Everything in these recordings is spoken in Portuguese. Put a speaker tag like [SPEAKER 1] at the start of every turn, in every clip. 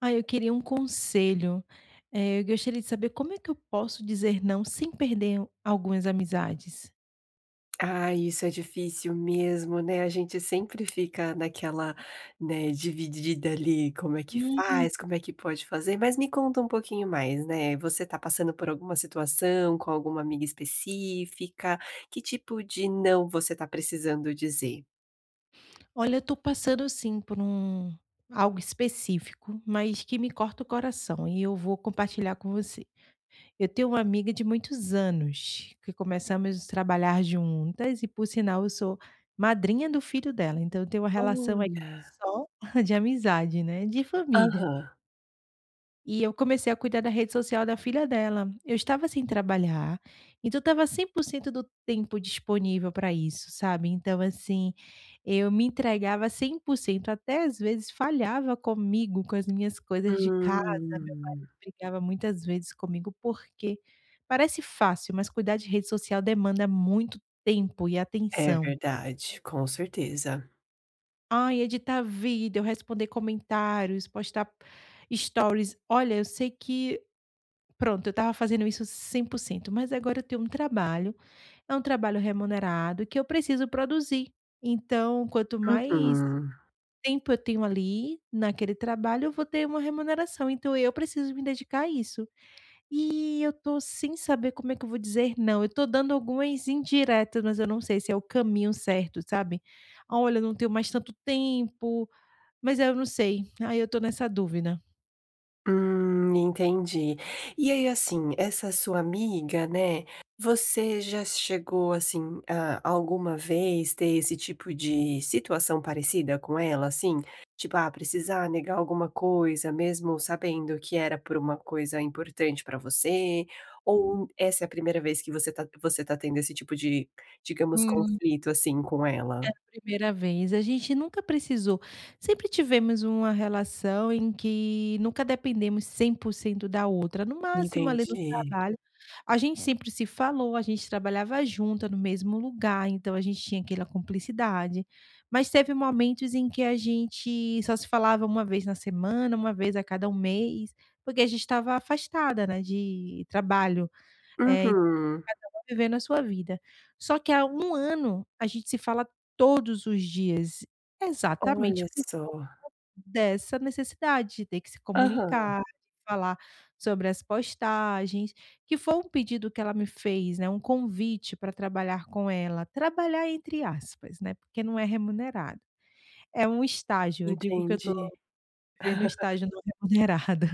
[SPEAKER 1] Ah, eu queria um conselho. Eu gostaria de saber como é que eu posso dizer não sem perder algumas amizades?
[SPEAKER 2] Ah, isso é difícil mesmo, né, a gente sempre fica naquela, né, dividida ali, como é que
[SPEAKER 1] Hum.
[SPEAKER 2] faz, como é que pode fazer, mas me conta um pouquinho mais, né, você tá passando por alguma situação com alguma amiga específica? Que tipo de "não" você tá precisando dizer?
[SPEAKER 1] Olha, eu tô passando assim por algo específico, mas que me corta o coração e eu vou compartilhar com você. Eu tenho uma amiga de muitos anos que começamos a trabalhar juntas e, por sinal, eu sou madrinha do filho dela, então eu tenho uma relação aí
[SPEAKER 2] Olha.
[SPEAKER 1] só de amizade, né, de família.
[SPEAKER 2] Aham.
[SPEAKER 1] E eu comecei a cuidar da rede social da filha dela. Eu estava sem trabalhar, então estava 100% do tempo disponível para isso, sabe. Então assim, eu me entregava 100%, até às vezes falhava comigo, com as minhas coisas de casa, meu
[SPEAKER 2] Hum.
[SPEAKER 1] marido brigava muitas vezes comigo, porque parece fácil, mas cuidar de rede social demanda muito tempo e
[SPEAKER 2] É
[SPEAKER 1] atenção.
[SPEAKER 2] verdade, com certeza.
[SPEAKER 1] Ai, editar vídeo, responder comentários, postar stories. Olha, eu sei que pronto, eu estava fazendo isso 100%, mas agora eu tenho um trabalho, é um trabalho remunerado que eu preciso produzir. Então, quanto mais
[SPEAKER 2] Uhum.
[SPEAKER 1] tempo eu tenho ali naquele trabalho, eu vou ter uma remuneração, então eu preciso me dedicar a isso. E eu tô sem saber como é que eu vou dizer não. Eu tô dando algumas indiretas, mas eu não sei se é o caminho certo, sabe. "Ah, olha, eu não tenho mais tanto tempo", mas eu não sei. Aí eu tô nessa dúvida.
[SPEAKER 2] Entendi. E aí, assim, essa sua amiga, né, você já chegou, assim, a alguma vez ter esse tipo de situação parecida com ela, assim? Tipo, ah, precisar negar alguma coisa, mesmo sabendo que era por uma coisa importante pra você? Ou essa é a primeira vez que você tá tendo esse tipo de, digamos,
[SPEAKER 1] Hum.
[SPEAKER 2] conflito, assim, com
[SPEAKER 1] Era
[SPEAKER 2] ela?
[SPEAKER 1] a primeira vez, a gente nunca precisou, sempre tivemos uma relação em que nunca dependemos 100% da outra, no máximo ali do
[SPEAKER 2] Entendi.
[SPEAKER 1] trabalho. A gente sempre se falou, a gente trabalhava junta no mesmo lugar, então a gente tinha aquela cumplicidade, mas teve momentos em que a gente só se falava uma vez na semana, uma vez a cada um mês, porque a gente estava afastada, né, de trabalho, eh,
[SPEAKER 2] Uhum.
[SPEAKER 1] vivendo a sua vida. Só que há um ano a gente se fala todos os dias,
[SPEAKER 2] Olha
[SPEAKER 1] exatamente por
[SPEAKER 2] só.
[SPEAKER 1] dessa necessidade de ter que se
[SPEAKER 2] Aham.
[SPEAKER 1] comunicar, falar sobre as postagens, que foi um pedido que ela me fez, né, um convite para trabalhar com ela, trabalhar entre aspas, né, porque não é remunerado. É um estágio, eu digo que eu estou
[SPEAKER 2] Entendi.
[SPEAKER 1] vivendo um estágio não remunerado.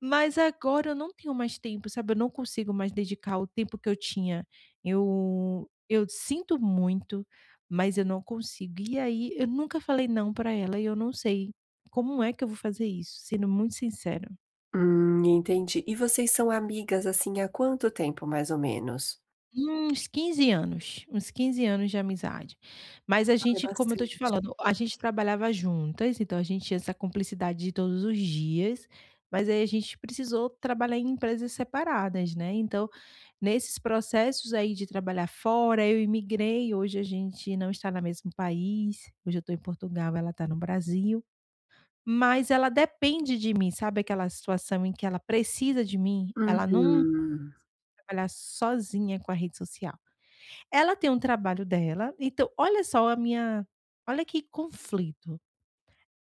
[SPEAKER 1] Mas agora eu não tenho mais tempo, sabe, eu não consigo mais dedicar o tempo que eu tinha. Eu sinto muito, mas eu não consigo. E aí eu nunca falei não para ela e eu não sei como é que eu vou fazer isso, sendo muito sincera.
[SPEAKER 2] Entendi. E vocês são amigas, assim, há quanto tempo, mais ou menos?
[SPEAKER 1] Uns 15 anos, uns 15 anos de amizade. Mas a
[SPEAKER 2] Ah, é
[SPEAKER 1] gente, como eu tô te
[SPEAKER 2] bastante.
[SPEAKER 1] falando, a gente trabalhava juntas, então a gente tinha essa cumplicidade de todos os dias, mas aí a gente precisou trabalhar em empresas separadas, né, então nesses processos aí de trabalhar fora, eu imigrei, hoje a gente não está no mesmo país, hoje eu estou em Portugal, ela está no Brasil, mas ela depende de mim, sabe aquela situação em que ela precisa de mim? Ela não
[SPEAKER 2] Uhum.
[SPEAKER 1] trabalhar sozinha com a rede social. Ela tem um trabalho dela, então olha só a minha olha que conflito.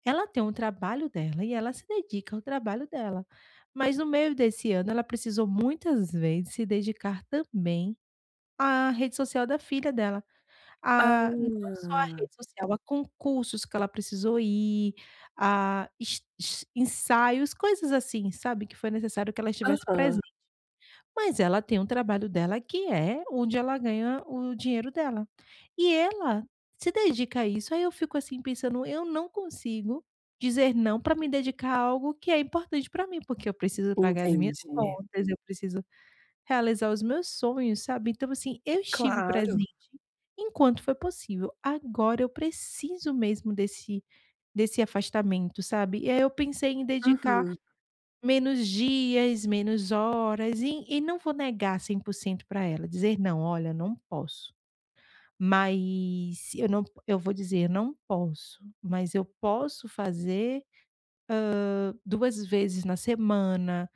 [SPEAKER 1] Ela tem um trabalho dela e ela se dedica ao trabalho dela, mas no meio desse ano ela precisou muitas vezes se dedicar também a rede social da filha dela. A não
[SPEAKER 2] Ah,
[SPEAKER 1] só a rede social, a concursos que ela precisou ir, a es es ensaios, coisas assim, sabe, que foi necessário que ela estivesse
[SPEAKER 2] aham,
[SPEAKER 1] presente. Mas ela tem um trabalho dela que é onde ela ganha o dinheiro dela. E ela se dedica a isso, aí eu fico assim pensando: "Eu não consigo dizer não pra me dedicar a algo que é importante pra mim, porque eu preciso pagar as minhas
[SPEAKER 2] entendi.
[SPEAKER 1] contas, eu preciso realizar os meus sonhos", sabe. Então assim, eu estive
[SPEAKER 2] Claro.
[SPEAKER 1] presente enquanto foi possível, agora eu preciso mesmo desse afastamento, sabe. E aí eu pensei em dedicar
[SPEAKER 2] Uhum.
[SPEAKER 1] menos dias, menos horas, e não vou negar 100% para ela, dizer: "Não, olha, não posso". Mas eu vou dizer: "Não posso", mas eu posso fazer 2 vezes na semana.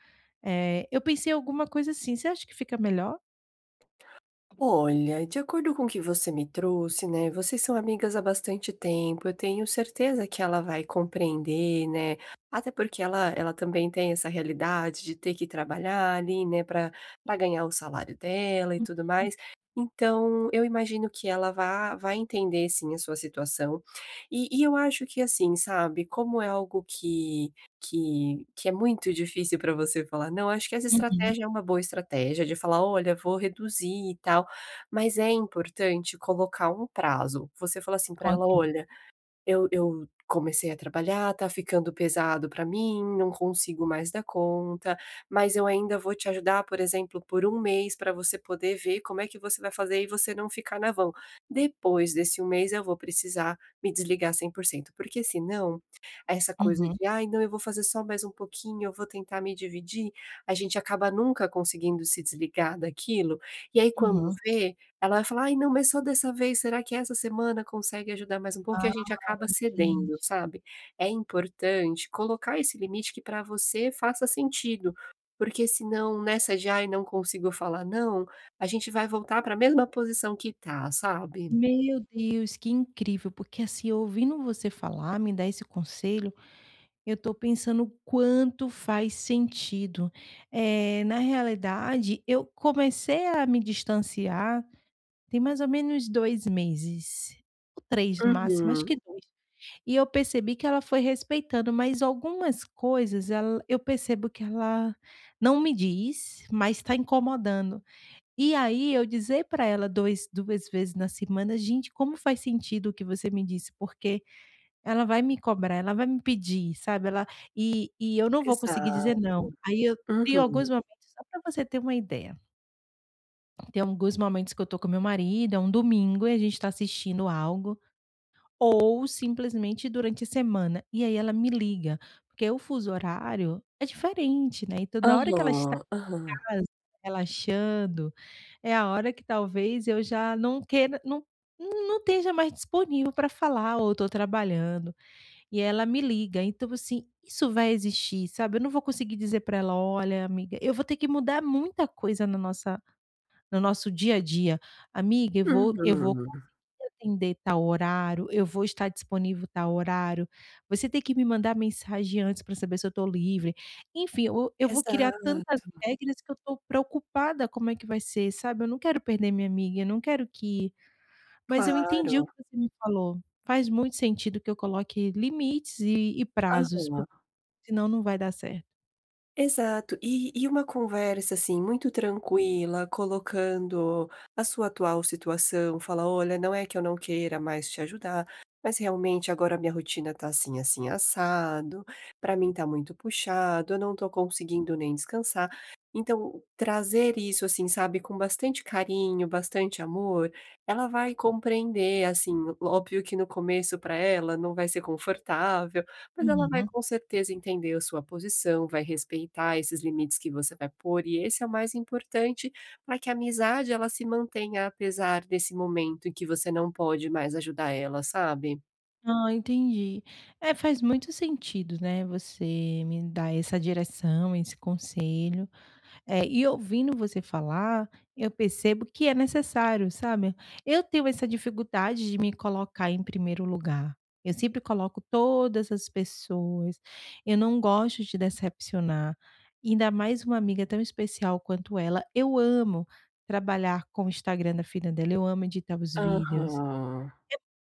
[SPEAKER 1] Eu pensei em alguma coisa assim, você acha que fica melhor?
[SPEAKER 2] Olha, de acordo com o que você me trouxe, né, vocês são amigas há bastante tempo, eu tenho certeza que ela vai compreender, né, até porque ela também tem essa realidade de ter que trabalhar ali, né, para ganhar o salário dela e tudo
[SPEAKER 1] Uhum,
[SPEAKER 2] mais. Então, eu imagino que ela vá vai entender sim a sua situação. E eu acho que assim, sabe, como é algo que é muito difícil para você falar: "Não", acho que essa
[SPEAKER 1] uhum.
[SPEAKER 2] estratégia é uma boa estratégia de falar: "Olha, vou reduzir e tal". Mas é importante colocar um prazo. Você fala assim para ela:
[SPEAKER 1] Ok.
[SPEAKER 2] "Olha, eu comecei a trabalhar, tá ficando pesado para mim, não consigo mais dar conta, mas eu ainda vou te ajudar, por exemplo, por um mês para você poder ver como é que você vai fazer e você não ficar na vão. Depois desse um mês eu vou precisar me desligar 100%, porque senão, essa coisa
[SPEAKER 1] Uhum,
[SPEAKER 2] de: "Ai, não, eu vou fazer só mais um pouquinho, eu vou tentar me dividir", a gente acaba nunca conseguindo se desligar daquilo, e aí quando
[SPEAKER 1] uhum.
[SPEAKER 2] vê, ela vai falar: "Ai não, mas só dessa vez, será que essa semana consegue ajudar mais um pouco?" E a gente
[SPEAKER 1] Uau,
[SPEAKER 2] acaba cedendo,
[SPEAKER 1] gente.
[SPEAKER 2] sabe. É importante colocar esse limite que para você faça sentido, porque senão nessa de: "Ai não consigo falar não", a gente vai voltar para a mesma posição que tá, sabe.
[SPEAKER 1] Meu Deus, que incrível, porque assim, ouvindo você falar, me dar esse conselho, eu estou pensando o quanto faz sentido. Na realidade, eu comecei a me distanciar tem mais ou menos 2 meses, ou 3 no máximo, acho
[SPEAKER 2] Uhum,
[SPEAKER 1] que 2. E eu percebi que ela foi respeitando, mas algumas coisas ela, eu percebo que ela não me diz, mas está incomodando. E aí eu dizer para ela dois 2 vezes na semana: "Gente, como faz sentido o que você me disse, porque ela vai me cobrar, ela vai me pedir, sabe, ela e eu não vou conseguir dizer não".
[SPEAKER 2] exato.
[SPEAKER 1] Aí eu, tem alguns
[SPEAKER 2] Uhum.
[SPEAKER 1] momentos, só pra você ter uma ideia, tem alguns momentos que eu tô com meu marido, é um domingo e a gente tá assistindo algo, ou simplesmente durante a semana, e aí ela me liga, porque o fuso horário é diferente, né, então na hora que ela está
[SPEAKER 2] Aham, aham.
[SPEAKER 1] relaxando, é a hora que talvez eu já não queira, não esteja mais disponível pra falar ou tô trabalhando. E ela me liga, então assim, isso vai existir, sabe, eu não vou conseguir dizer para ela: "Olha amiga, eu vou ter que mudar muita coisa na nossa no nosso dia a dia. Amiga, eu vou
[SPEAKER 2] Uhum.
[SPEAKER 1] conseguir atender tal horário, eu vou estar disponível tal horário, você tem que me mandar mensagem antes para saber se eu estou livre". Enfim, eu vou criar
[SPEAKER 2] Exato,
[SPEAKER 1] tantas regras que eu estou preocupada como é que vai ser, sabe, eu não quero perder minha amiga, eu não quero que, mas eu entendi o
[SPEAKER 2] claro.
[SPEAKER 1] que você me falou. Faz muito sentido que eu coloque limites e prazos,
[SPEAKER 2] Aham.
[SPEAKER 1] porque senão não vai dar certo.
[SPEAKER 2] Exato. E uma conversa, assim, muito tranquila, colocando a sua atual situação, fala: "Olha, não é que eu não queira mais te ajudar, mas realmente agora minha rotina tá assim, assim, assado, pra mim tá muito puxado, eu não tô conseguindo nem descansar". Então, trazer isso, assim, sabe, com bastante carinho, bastante amor, ela vai compreender, assim, óbvio que no começo pra ela não vai ser confortável, mas ela vai
[SPEAKER 1] Uhum.
[SPEAKER 2] com certeza entender a sua posição, vai respeitar esses limites que você vai pôr, e esse é o mais importante para que a amizade ela se mantenha apesar desse momento em que você não pode mais ajudar ela, sabe?
[SPEAKER 1] Ah, entendi. É, faz muito sentido, né, você me dar essa direção, esse conselho. É, e ouvindo você falar, eu percebo que é necessário, sabe. Eu tenho essa dificuldade de me colocar em primeiro lugar. Eu sempre coloco todas as pessoas, eu não gosto de decepcionar, ainda mais uma amiga tão especial quanto ela. Eu amo trabalhar com o Instagram da filha dela, eu amo editar os vídeos.
[SPEAKER 2] Aham,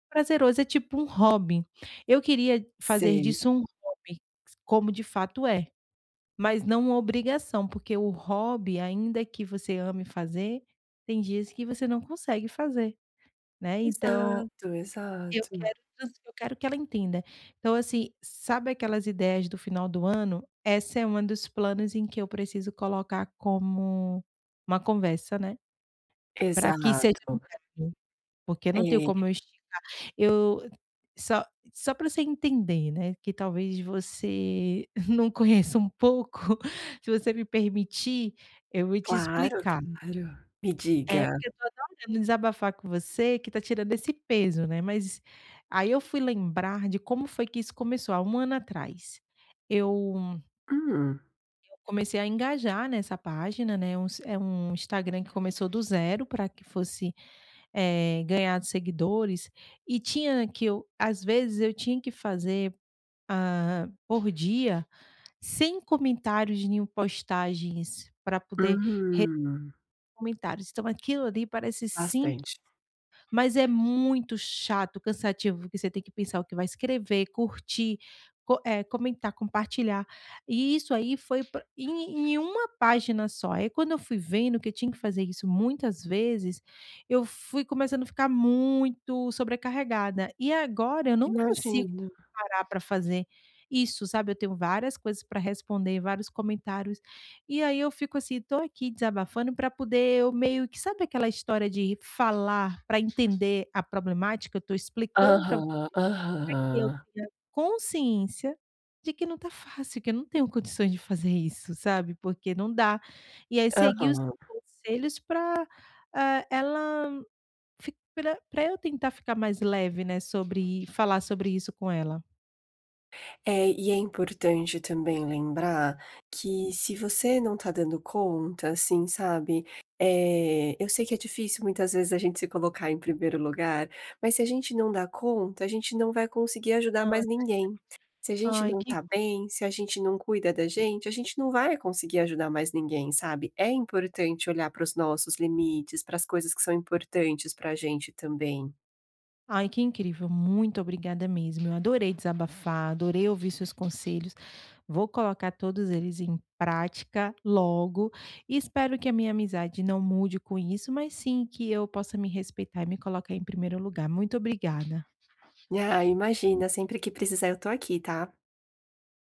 [SPEAKER 1] Prazeroso, é tipo um hobby. Eu queria fazer
[SPEAKER 2] sei.
[SPEAKER 1] disso um hobby, como de fato é. Mas não uma obrigação, porque o hobby, ainda que você ame fazer, tem dias que você não consegue fazer, né. Então,
[SPEAKER 2] Exato,
[SPEAKER 1] eu
[SPEAKER 2] exato.
[SPEAKER 1] quero que ela entenda. Então, assim, sabe aquelas ideias do final do ano? Essa é uma dos planos em que eu preciso colocar como uma conversa, né, para que seja
[SPEAKER 2] Exato.
[SPEAKER 1] mudado. Porque não tenho
[SPEAKER 2] É,
[SPEAKER 1] como eu esticar. Eu só só para você entender, né, que talvez você não conheça um pouco, se você me permitir, eu vou te
[SPEAKER 2] claro,
[SPEAKER 1] explicar.
[SPEAKER 2] claro. Me
[SPEAKER 1] É,
[SPEAKER 2] diga.
[SPEAKER 1] porque eu tô adorando desabafar com você, que tá tirando esse peso, né, mas aí eu fui lembrar de como foi que isso começou há um ano atrás. Eu
[SPEAKER 2] Hum.
[SPEAKER 1] comecei a engajar nessa página, né, um s é um Instagram que começou do zero para que fosse, ganhar seguidores, e tinha que eu às vezes eu tinha que fazer, por dia, 100 comentários em postagens para poder re
[SPEAKER 2] Hum,
[SPEAKER 1] comentários. Então aquilo ali parece sim,
[SPEAKER 2] bastante.
[SPEAKER 1] mas é muito chato, cansativo, porque você tem que pensar o que vai escrever, curtir, comentar, compartilhar. E isso aí foi pra em em uma página só. Aí quando eu fui vendo que eu tinha que fazer isso muitas vezes, eu fui começando a ficar muito sobrecarregada. E agora eu não consigo
[SPEAKER 2] Imagino.
[SPEAKER 1] parar para fazer isso, sabe. Eu tenho várias coisas para responder, vários comentários. E aí eu fico assim, tô aqui desabafando para poder, eu meio que, sabe aquela história de falar para entender a problemática? Eu tô explicando para você
[SPEAKER 2] Aham,
[SPEAKER 1] que
[SPEAKER 2] aham,
[SPEAKER 1] eu tenha consciência de que não tá fácil, que eu não tenho condições de fazer isso, sabe, porque não dá. E aí seguir os
[SPEAKER 2] aham.
[SPEAKER 1] seus conselhos para ela, para eu tentar ficar mais leve, né, sobre falar sobre isso com ela.
[SPEAKER 2] É, e é importante também lembrar que se você não tá dando conta, assim, sabe, eu sei que é difícil muitas vezes a gente se colocar em primeiro lugar, mas se a gente não dá conta, a gente não vai conseguir ajudar mais ninguém. Se a gente
[SPEAKER 1] Ai,
[SPEAKER 2] não
[SPEAKER 1] que
[SPEAKER 2] tá
[SPEAKER 1] bom.
[SPEAKER 2] bem, se a gente não cuida da gente, a gente não vai conseguir ajudar mais ninguém, sabe? É importante olhar para os nossos limites, para as coisas que são importantes pra gente também.
[SPEAKER 1] Ai, que incrível. Muito obrigada mesmo. Eu adorei desabafar, adorei ouvir seus conselhos. Vou colocar todos eles em prática logo e espero que a minha amizade não mude com isso, mas sim que eu possa me respeitar e me colocar em primeiro lugar. Muito obrigada.
[SPEAKER 2] Ah, imagina, sempre que precisar eu tô aqui, tá?